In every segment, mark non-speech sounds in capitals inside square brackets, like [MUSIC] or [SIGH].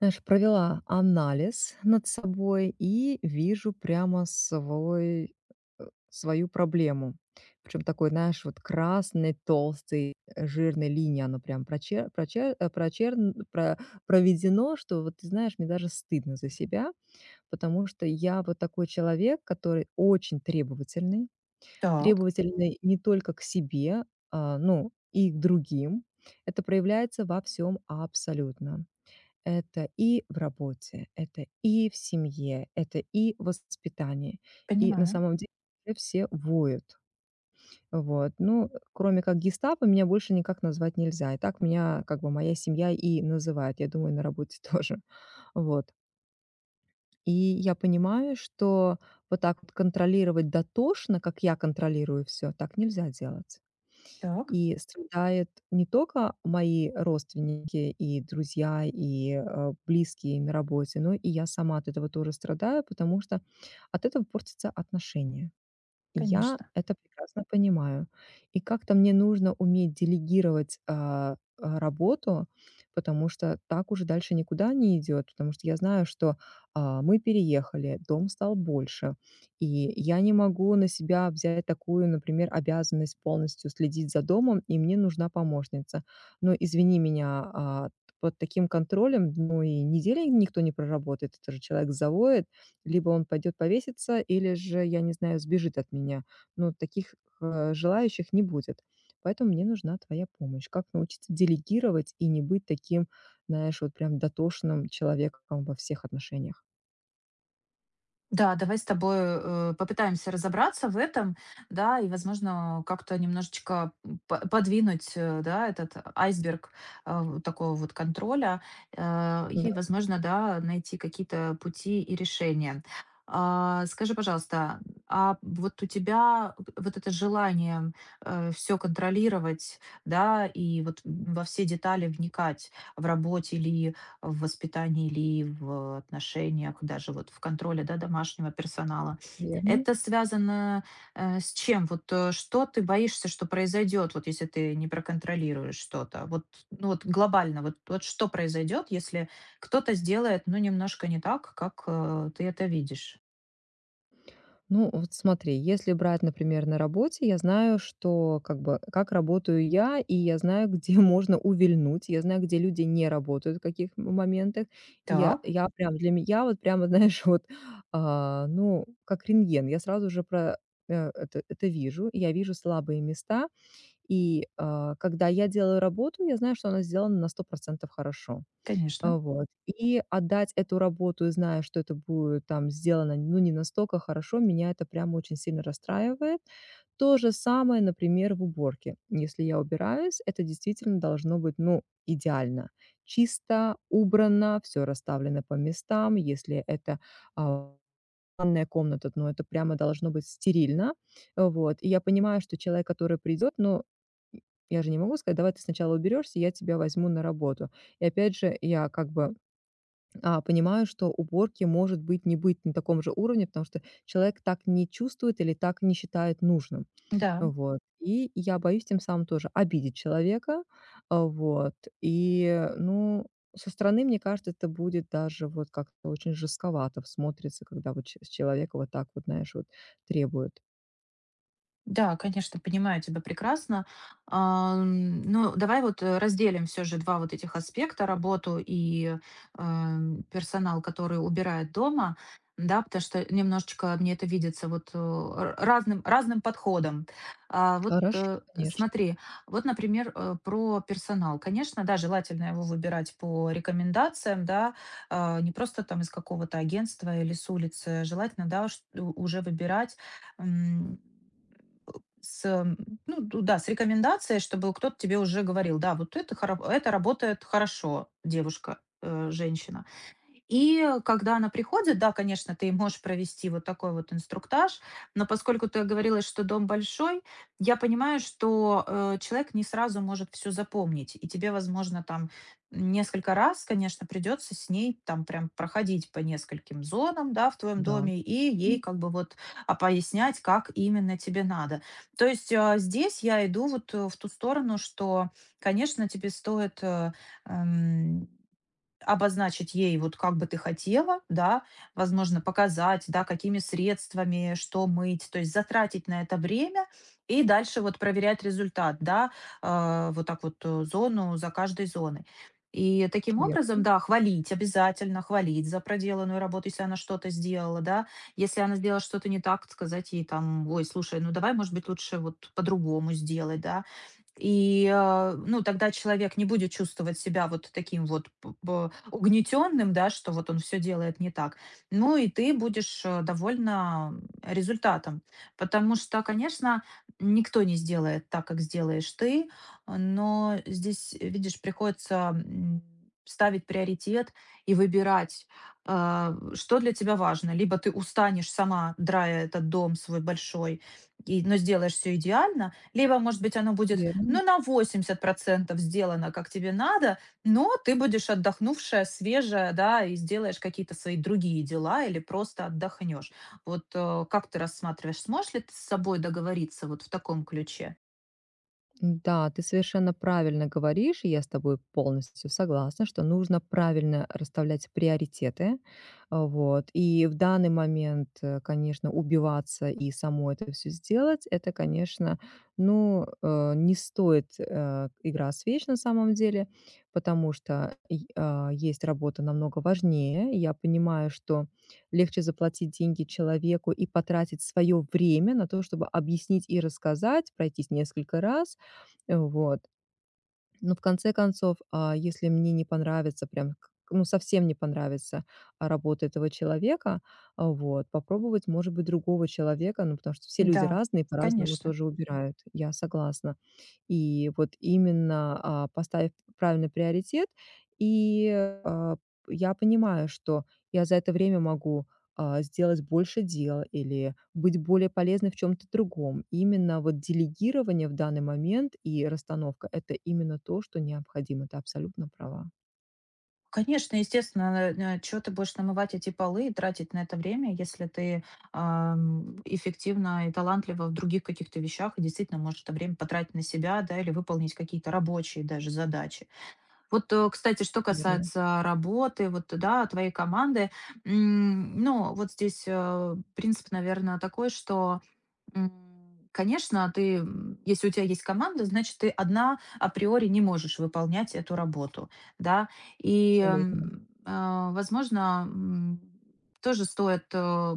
Знаешь, провела анализ над собой и вижу прямо свой, свою проблему. Причем такой, знаешь, вот красной, толстой, жирной линии оно прям прочер прочер э, прочерн про проведено, что вот, ты знаешь, мне даже стыдно за себя, потому что я вот такой человек, который очень требовательный. Так, Требовательный не только к себе, ну, и к другим. Это проявляется во всем абсолютно. Это и в работе, это и в семье, это и в воспитании. И на понимаю. самом деле уже все воют. Вот. Ну, кроме как гестапо, меня больше никак назвать нельзя. И так меня, как бы, моя семья и называет, я думаю, на работе [LAUGHS] тоже. Вот. И я понимаю, что вот так вот контролировать дотошно, как я контролирую все, так нельзя делать. Так, И страдают не только мои родственники и друзья, и близкие на работе, но и я сама от этого тоже страдаю, потому что от этого портятся отношения. Я конечно. это прекрасно понимаю. И как-то мне нужно уметь делегировать, работу, потому что так уже дальше никуда не идет. Потому что я знаю, что мы переехали, дом стал больше, и я не могу на себя взять такую, например, обязанность полностью следить за домом, и мне нужна помощница. Но извини меня, а, под таким контролем, ну, и недели никто не проработает. Это же человек завоет, либо он пойдет повеситься, или же, я не знаю, сбежит от меня. Но таких, желающих не будет. Поэтому мне нужна твоя помощь. Как научиться делегировать и не быть таким, знаешь, вот прям дотошным человеком во всех отношениях? Да, давай с тобой, попытаемся разобраться в этом, да, и, возможно, как-то немножечко, по подвинуть, да, этот айсберг, вот такого вот контроля, и, Да, возможно, да, найти какие-то пути и решения. Скажи, пожалуйста, а вот у тебя вот это желание, все контролировать, да, и вот во все детали вникать в работе или в воспитании или в отношениях, даже вот в контроле, да, домашнего персонала. верно. Это связано, с чем? Вот, что ты боишься, что произойдет, вот если ты не проконтролируешь что-то? Вот, ну, вот глобально, вот, вот что произойдет, если кто-то сделает, ну, немножко не так, как, ты это видишь? Ну, вот смотри, если брать, например, на работе, я знаю, что как бы как работаю я, и я знаю, где [LAUGHS] можно увильнуть, я знаю, где люди не работают, в каких моментах. И Я, Так, я прям для меня, вот прямо, [LAUGHS] знаешь, ну, как рентген, я сразу же это вижу, я вижу слабые места, и когда я делаю работу, я знаю, что она сделана на 100% хорошо. конечно. Вот. И отдать эту работу, зная, что это будет там сделано, ну, не настолько хорошо, меня это прямо очень сильно расстраивает. То же самое, например, в уборке. Если я убираюсь, это действительно должно быть, ну, идеально. Чисто, убрано, все расставлено по местам. Если это, а ванная комната, но это прямо должно быть стерильно. Вот. И я понимаю, что человек, который придет, ну, я же не могу сказать: "Давай ты сначала уберешься, я тебя возьму на работу". И опять же, я как бы, понимаю, что уборки может быть не быть на таком же уровне, потому что человек так не чувствует или так не считает нужным. Да. Вот. И я боюсь тем самым тоже обидеть человека. Вот. И, ну, со стороны, мне кажется, это будет даже вот как-то очень жестковато в смотрится, когда вот ч с человека вот так вот, знаешь, вот требуют. Да, конечно, понимаю тебя прекрасно. Ну, давай вот разделим все же два вот этих аспекта, работу и персонал, который убирает дома, да, потому что немножечко мне это видится вот разным, разным подходом. Вот Хорошо, конечно, смотри, вот, например, про персонал. Конечно, да, желательно его выбирать по рекомендациям, да, не просто там из какого-то агентства или с улицы. Желательно, да, уже выбирать м, с, ну ду да, с рекомендацией, чтобы кто-то тебе уже говорил: "Да, вот это хоро это работает хорошо, девушка, женщина". И, когда она приходит, да, конечно, ты можешь провести вот такой вот инструктаж, но поскольку ты говорила, что дом большой, я понимаю, что человек не сразу может все запомнить, и тебе, возможно, там несколько раз, конечно, придется с ней там прям проходить по нескольким зонам, да, в твоем да. доме, и ей Мгм. как бы вот пояснять, как именно тебе надо. То есть здесь я иду вот в ту сторону, что, конечно, тебе стоит эм, обозначить ей, вот как бы ты хотела, да, возможно, показать, да, какими средствами, что мыть, то есть затратить на это время и дальше вот проверять результат, да, вот так вот зону за каждой зоной. И таким Верно образом, да, хвалить обязательно, хвалить за проделанную работу, если она что-то сделала, да. Если она сделала что-то не так, сказать ей там, ой, слушай, ну давай, может быть, лучше вот по-другому сделать, да. И, ну, тогда человек не будет чувствовать себя вот таким вот угнетенным, да, что вот он все делает не так. Ну, и ты будешь, довольна, результатом. Потому что, конечно, никто не сделает так, как сделаешь ты, но здесь, видишь, приходится, ставить приоритет и выбирать, что для тебя важно. Либо ты устанешь сама, драя этот дом свой большой, и но сделаешь все идеально, либо, может быть, оно будет верно. ну, на 80% сделано, как тебе надо, но ты будешь отдохнувшая, свежая, да, и сделаешь какие-то свои другие дела или просто отдохнешь. Вот, как ты рассматриваешь, сможешь ли ты с собой договориться вот в таком ключе? Да, ты совершенно правильно говоришь, и я с тобой полностью согласна, что нужно правильно расставлять приоритеты. Вот. И в данный момент, конечно, убиваться и само это все сделать, это, конечно, ну, не стоит игра свеч на самом деле, потому что есть работа намного важнее. И я понимаю, что легче заплатить деньги человеку и потратить свое время на то, чтобы объяснить и рассказать, пройтись несколько раз, вот. Но в конце концов, если мне не понравится, прям, ну, совсем не понравится, работа этого человека, вот, попробовать, может быть, другого человека, ну, потому что все люди Да, разные, по-разному конечно. тоже убирают, я согласна. И вот именно, поставив правильный приоритет, и а, я понимаю, что я за это время могу сделать больше дел или быть более полезной в чем то другом. Именно вот делегирование в данный момент и расстановка- это именно то, что необходимо. Ты абсолютно права. Конечно, естественно, что ты будешь намывать эти полы и тратить на это время, если ты, эффективна и талантлива в других каких-то вещах и действительно можешь это время потратить на себя, да, или выполнить какие-то рабочие даже задачи. Вот, кстати, что Верно, касается работы, вот, да, твоей команды, ну, вот здесь, принцип, наверное, такой, что, м, конечно, ты, если у тебя есть команда, значит, ты одна априори не можешь выполнять эту работу, да. И, абсолютно возможно, тоже стоит,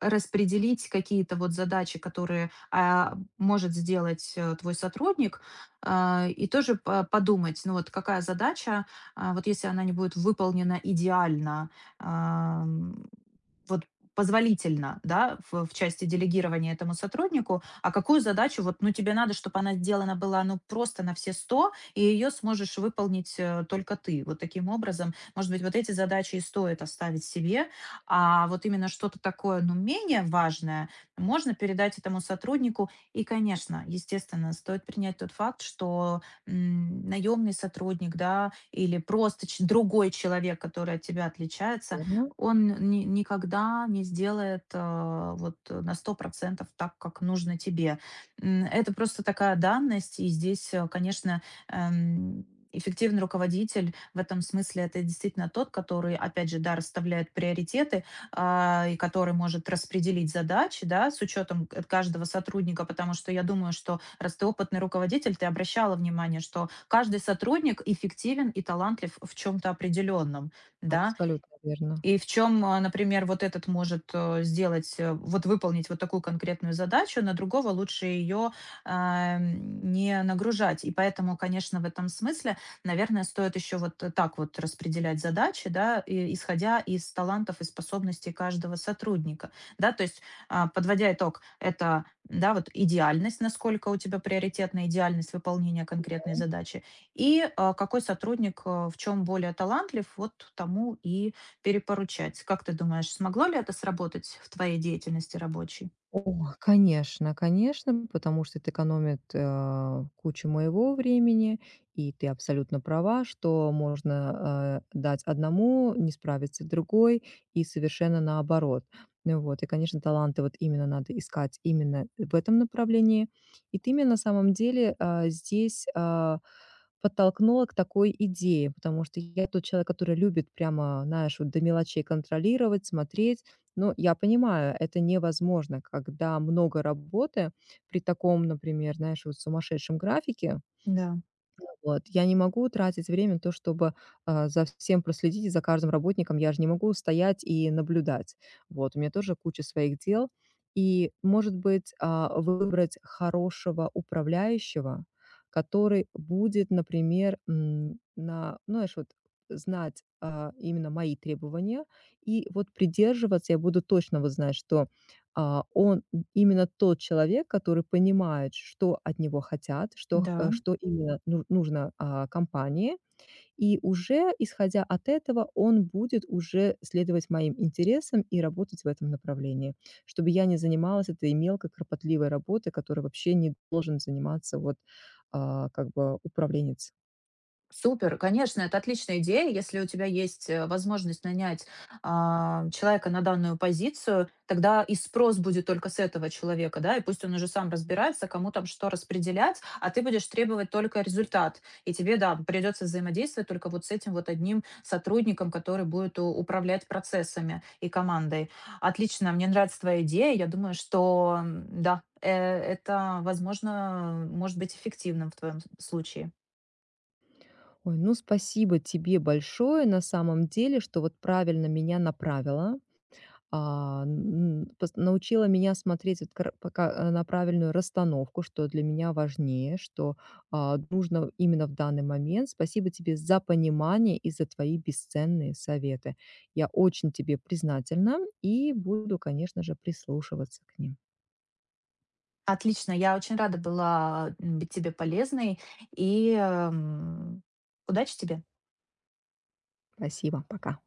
распределить какие-то вот задачи, которые, может сделать, твой сотрудник, и тоже по подумать, ну вот какая задача, вот если она не будет выполнена идеально, ам, вот позволительно, да, в части делегирования этому сотруднику, а какую задачу вот, ну тебе надо, чтобы она сделана была, ну просто на все 100, и ее сможешь выполнить только ты. Вот таким образом, может быть, вот эти задачи и стоит оставить себе, а вот именно что-то такое, ну менее важное, можно передать этому сотруднику, и, конечно, естественно, стоит принять тот факт, что наемный сотрудник, да, или просто другой человек, который от тебя отличается, верно, он никогда не сделает вот на 100% так, как нужно тебе. Это просто такая данность, и здесь, конечно, эм, эффективный руководитель в этом смысле это действительно тот, который, опять же, да, расставляет приоритеты, и который может распределить задачи, да, с учетом каждого сотрудника, потому что я думаю, что раз ты опытный руководитель, ты обращала внимание, что каждый сотрудник эффективен и талантлив в чем-то определенном, да, верно. и в чем, например, вот этот может, сделать, вот выполнить вот такую конкретную задачу, на другого лучше ее, не нагружать. И поэтому, конечно, в этом смысле, наверное, стоит еще вот так вот распределять задачи, да, и исходя из талантов и способностей каждого сотрудника. Да, то есть, подводя итог, это, да, вот идеальность, насколько у тебя приоритетна идеальность выполнения конкретной задачи, и, какой сотрудник, в чем более талантлив, вот тому и перепоручать. Как ты думаешь, смогло ли это сработать в твоей деятельности рабочей? О, конечно, конечно, потому что это экономит, кучу моего времени, и ты абсолютно права, что можно, дать одному, не справиться, другой, и совершенно наоборот. Ну вот, и, конечно, таланты вот именно надо искать именно в этом направлении. И ты меня на самом деле здесь подтолкнула к такой идее, потому что я тот человек, который любит прямо, знаешь, вот до мелочей контролировать, смотреть, ну, я понимаю, это невозможно, когда много работы при таком, например, знаешь, вот сумасшедшем графике. Да, Вот. Я не могу тратить время на то, чтобы за всем проследить, и за каждым работником. Я же не могу стоять и наблюдать. Вот. У меня тоже куча своих дел. И, может быть, выбрать хорошего управляющего, который будет, например, на ну, знаешь, знать, именно мои требования. И вот придерживаться я буду точно вот знать, что он именно тот человек, который понимает, что от него хотят, да. что именно ну нужно, компании. И уже, исходя от этого, он будет уже следовать моим интересам и работать в этом направлении, чтобы я не занималась этой мелкой кропотливой работой, которой вообще не должен заниматься вот, как бы управленец. Супер, конечно, это отличная идея. Если у тебя есть возможность нанять человека на данную позицию, тогда и спрос будет только с этого человека, да, и пусть он уже сам разбирается, кому там что распределять, а ты будешь требовать только результат. И тебе, да, придется взаимодействовать только вот с этим вот одним сотрудником, который будет управлять процессами и командой. Отлично, мне нравится твоя идея. Я думаю, что да, это, возможно, может быть эффективным в твоем случае. Ой, ну спасибо тебе большое на самом деле, что вот правильно меня направила. А, н пос научила меня смотреть на правильную расстановку, что для меня важнее, что нужно именно в данный момент. Спасибо тебе за понимание и за твои бесценные советы. Я очень тебе признательна и буду, конечно же, прислушиваться к ним. Отлично, я очень рада была, быть тебе полезной, и, удачи тебе. Спасибо, пока.